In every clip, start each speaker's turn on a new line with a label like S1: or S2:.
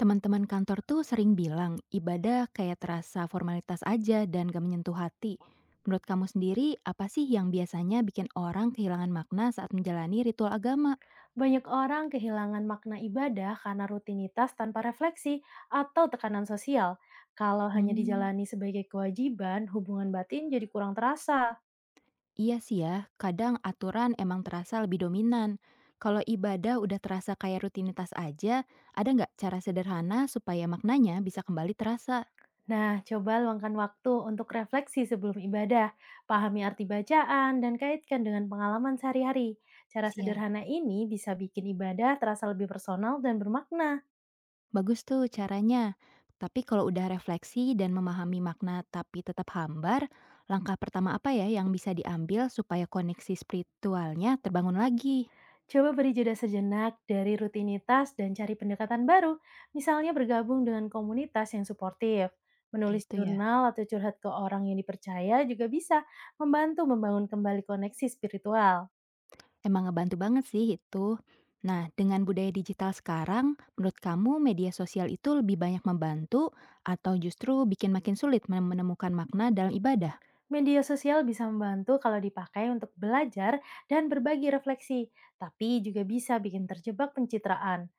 S1: Teman-teman kantor tuh sering bilang ibadah kayak terasa formalitas aja dan gak menyentuh hati. Menurut kamu sendiri, apa sih yang biasanya bikin orang kehilangan makna saat menjalani ritual agama?
S2: Banyak orang kehilangan makna ibadah karena rutinitas tanpa refleksi atau tekanan sosial. Kalau hanya
S1: Hmm.
S2: dijalani sebagai kewajiban, hubungan batin jadi kurang terasa.
S1: Iya sih ya, kadang aturan emang terasa lebih dominan. Kalau ibadah udah terasa kayak rutinitas aja, ada nggak cara sederhana supaya maknanya bisa kembali terasa?
S2: Nah, coba luangkan waktu untuk refleksi sebelum ibadah, pahami arti bacaan, dan kaitkan dengan pengalaman sehari-hari. Cara
S1: Siap.
S2: sederhana ini bisa bikin ibadah terasa lebih personal dan bermakna.
S1: Bagus tuh caranya. Tapi kalau udah refleksi dan memahami makna tapi tetap hambar, langkah pertama apa ya yang bisa diambil supaya koneksi spiritualnya terbangun lagi?
S2: Coba beri jeda sejenak dari rutinitas dan cari pendekatan baru, misalnya bergabung dengan komunitas yang suportif. Menulis
S1: Gitu ya.
S2: jurnal atau curhat ke orang yang dipercaya juga bisa membantu membangun kembali koneksi spiritual.
S1: Emang ngebantu banget sih itu. Nah, dengan budaya digital sekarang, menurut kamu media sosial itu lebih banyak membantu atau justru bikin makin sulit menemukan makna dalam ibadah?
S2: Media sosial bisa membantu kalau dipakai untuk belajar dan berbagi refleksi, tapi juga bisa bikin terjebak pencitraan.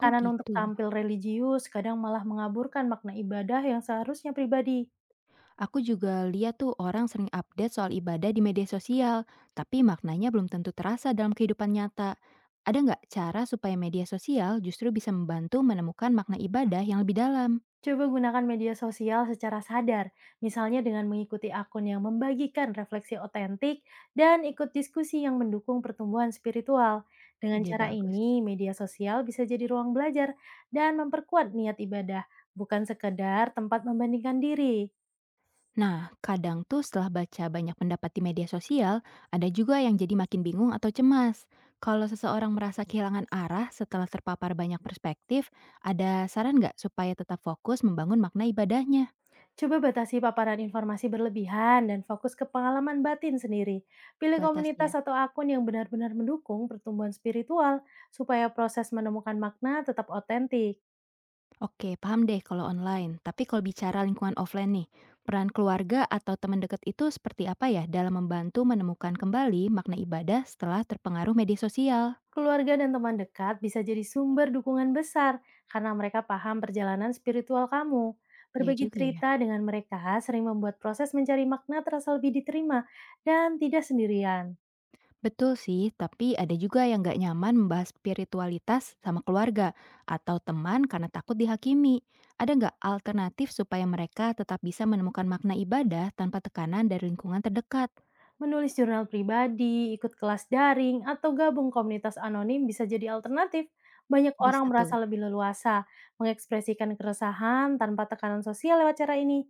S1: Oh
S2: untuk
S1: gitu.
S2: tampil religius kadang malah mengaburkan makna ibadah yang seharusnya pribadi.
S1: Aku juga lihat tuh orang sering update soal ibadah di media sosial, tapi maknanya belum tentu terasa dalam kehidupan nyata. Ada nggak cara supaya media sosial justru bisa membantu menemukan makna ibadah yang lebih dalam?
S2: Coba gunakan media sosial secara sadar, misalnya dengan mengikuti akun yang membagikan refleksi otentik dan ikut diskusi yang mendukung pertumbuhan spiritual. Dengan
S1: Ide
S2: cara
S1: bagus.
S2: ini, media sosial bisa jadi ruang belajar dan memperkuat niat ibadah, bukan sekedar tempat membandingkan diri.
S1: Nah, kadang tuh setelah baca banyak pendapat di media sosial, ada juga yang jadi makin bingung atau cemas. Kalau seseorang merasa kehilangan arah setelah terpapar banyak perspektif, ada saran nggak supaya tetap fokus membangun makna ibadahnya?
S2: Coba batasi paparan informasi berlebihan dan fokus ke pengalaman batin sendiri. Pilih
S1: Batas
S2: komunitas
S1: ya.
S2: atau akun yang benar-benar mendukung pertumbuhan spiritual supaya proses menemukan makna tetap otentik.
S1: Oke, paham deh kalau online. Tapi kalau bicara lingkungan offline nih, peran keluarga atau teman dekat itu seperti apa ya dalam membantu menemukan kembali makna ibadah setelah terpengaruh media sosial?
S2: Keluarga dan teman dekat bisa jadi sumber dukungan besar karena mereka paham perjalanan spiritual kamu.
S1: Iya
S2: Berbagi
S1: juga ya.
S2: cerita dengan mereka sering membuat proses mencari makna terasa lebih diterima dan tidak sendirian.
S1: Betul sih, tapi ada juga yang nggak nyaman membahas spiritualitas sama keluarga atau teman karena takut dihakimi. Ada nggak alternatif supaya mereka tetap bisa menemukan makna ibadah tanpa tekanan dari lingkungan terdekat?
S2: Menulis jurnal pribadi, ikut kelas daring, atau gabung komunitas anonim bisa jadi alternatif. Banyak orang
S1: Bisa tuh.
S2: merasa lebih leluasa mengekspresikan keresahan tanpa tekanan sosial lewat cara ini.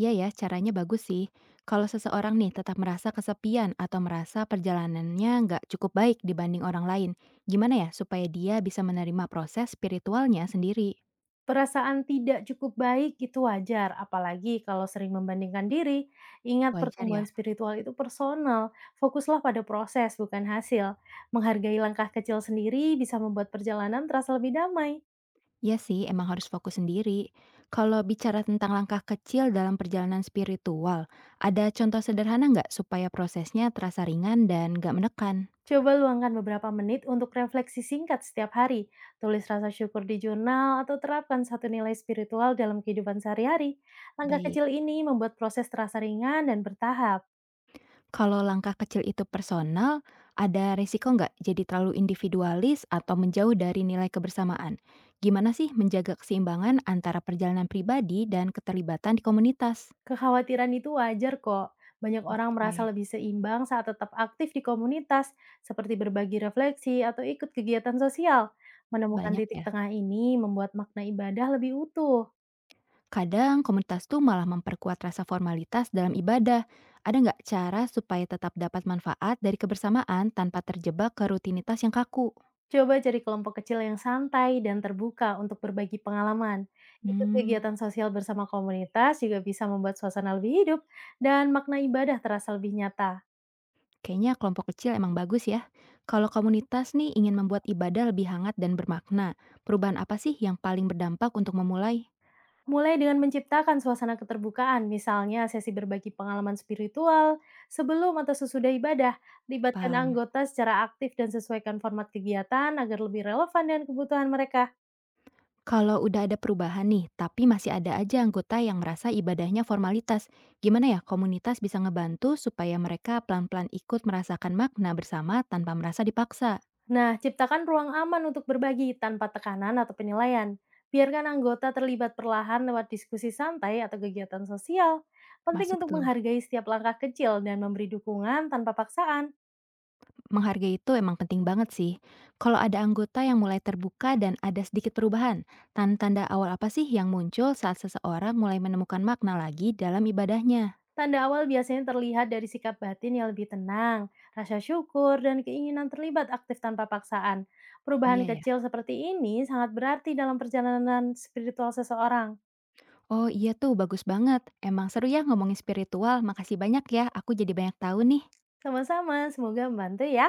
S1: Iya ya, caranya bagus sih. Kalau seseorang nih tetap merasa kesepian atau merasa perjalanannya nggak cukup baik dibanding orang lain, gimana ya supaya dia bisa menerima proses spiritualnya sendiri?
S2: Perasaan tidak cukup baik itu wajar, apalagi kalau sering membandingkan diri. Ingat
S1: Wajar
S2: pertumbuhan
S1: ya?
S2: spiritual itu personal, fokuslah pada proses bukan hasil. Menghargai langkah kecil sendiri bisa membuat perjalanan terasa lebih damai.
S1: Iya sih, emang harus fokus sendiri. Kalau bicara tentang langkah kecil dalam perjalanan spiritual, ada contoh sederhana nggak supaya prosesnya terasa ringan dan nggak menekan?
S2: Coba luangkan beberapa menit untuk refleksi singkat setiap hari. Tulis rasa syukur di jurnal atau terapkan satu nilai spiritual dalam kehidupan sehari-hari. Langkah
S1: Baik.
S2: kecil ini membuat proses terasa ringan dan bertahap.
S1: Kalau langkah kecil itu personal, ada risiko nggak jadi terlalu individualis atau menjauh dari nilai kebersamaan? Gimana sih menjaga keseimbangan antara perjalanan pribadi dan keterlibatan di komunitas?
S2: Kekhawatiran itu wajar kok. Banyak orang merasa
S1: Oke,
S2: lebih seimbang saat tetap aktif di komunitas, seperti berbagi refleksi atau ikut kegiatan sosial. Menemukan
S1: banyak
S2: titik
S1: ya.
S2: tengah ini membuat makna ibadah lebih utuh.
S1: Kadang komunitas tuh malah memperkuat rasa formalitas dalam ibadah. Ada nggak cara supaya tetap dapat manfaat dari kebersamaan tanpa terjebak ke rutinitas yang kaku?
S2: Coba cari kelompok kecil yang santai dan terbuka untuk berbagi pengalaman. Ikut
S1: Hmm.
S2: kegiatan sosial bersama komunitas juga bisa membuat suasana lebih hidup dan makna ibadah terasa lebih nyata.
S1: Kayaknya kelompok kecil emang bagus ya. Kalau komunitas nih ingin membuat ibadah lebih hangat dan bermakna, perubahan apa sih yang paling berdampak untuk memulai?
S2: Mulai dengan menciptakan suasana keterbukaan, misalnya sesi berbagi pengalaman spiritual, sebelum atau sesudah ibadah, libatkan
S1: Paham.
S2: anggota secara aktif dan sesuaikan format kegiatan agar lebih relevan dengan kebutuhan mereka.
S1: Kalau udah ada perubahan nih, tapi masih ada aja anggota yang merasa ibadahnya formalitas. Gimana ya komunitas bisa ngebantu supaya mereka pelan-pelan ikut merasakan makna bersama tanpa merasa dipaksa?
S2: Nah, ciptakan ruang aman untuk berbagi tanpa tekanan atau penilaian. Biarkan anggota terlibat perlahan lewat diskusi santai atau kegiatan sosial. Penting
S1: Masuk
S2: untuk
S1: tuh.
S2: menghargai setiap langkah kecil dan memberi dukungan tanpa paksaan.
S1: Menghargai itu emang penting banget sih. Kalau ada anggota yang mulai terbuka dan ada sedikit perubahan, tanda-tanda awal apa sih yang muncul saat seseorang mulai menemukan makna lagi dalam ibadahnya?
S2: Tanda awal biasanya terlihat dari sikap batin yang lebih tenang, rasa syukur, dan keinginan terlibat aktif tanpa paksaan. Perubahan
S1: Iya ya.
S2: kecil seperti ini sangat berarti dalam perjalanan spiritual seseorang.
S1: Oh iya tuh, bagus banget. Emang seru ya ngomongin spiritual. Makasih banyak ya, aku jadi banyak tahu nih.
S2: Sama-sama, semoga membantu ya.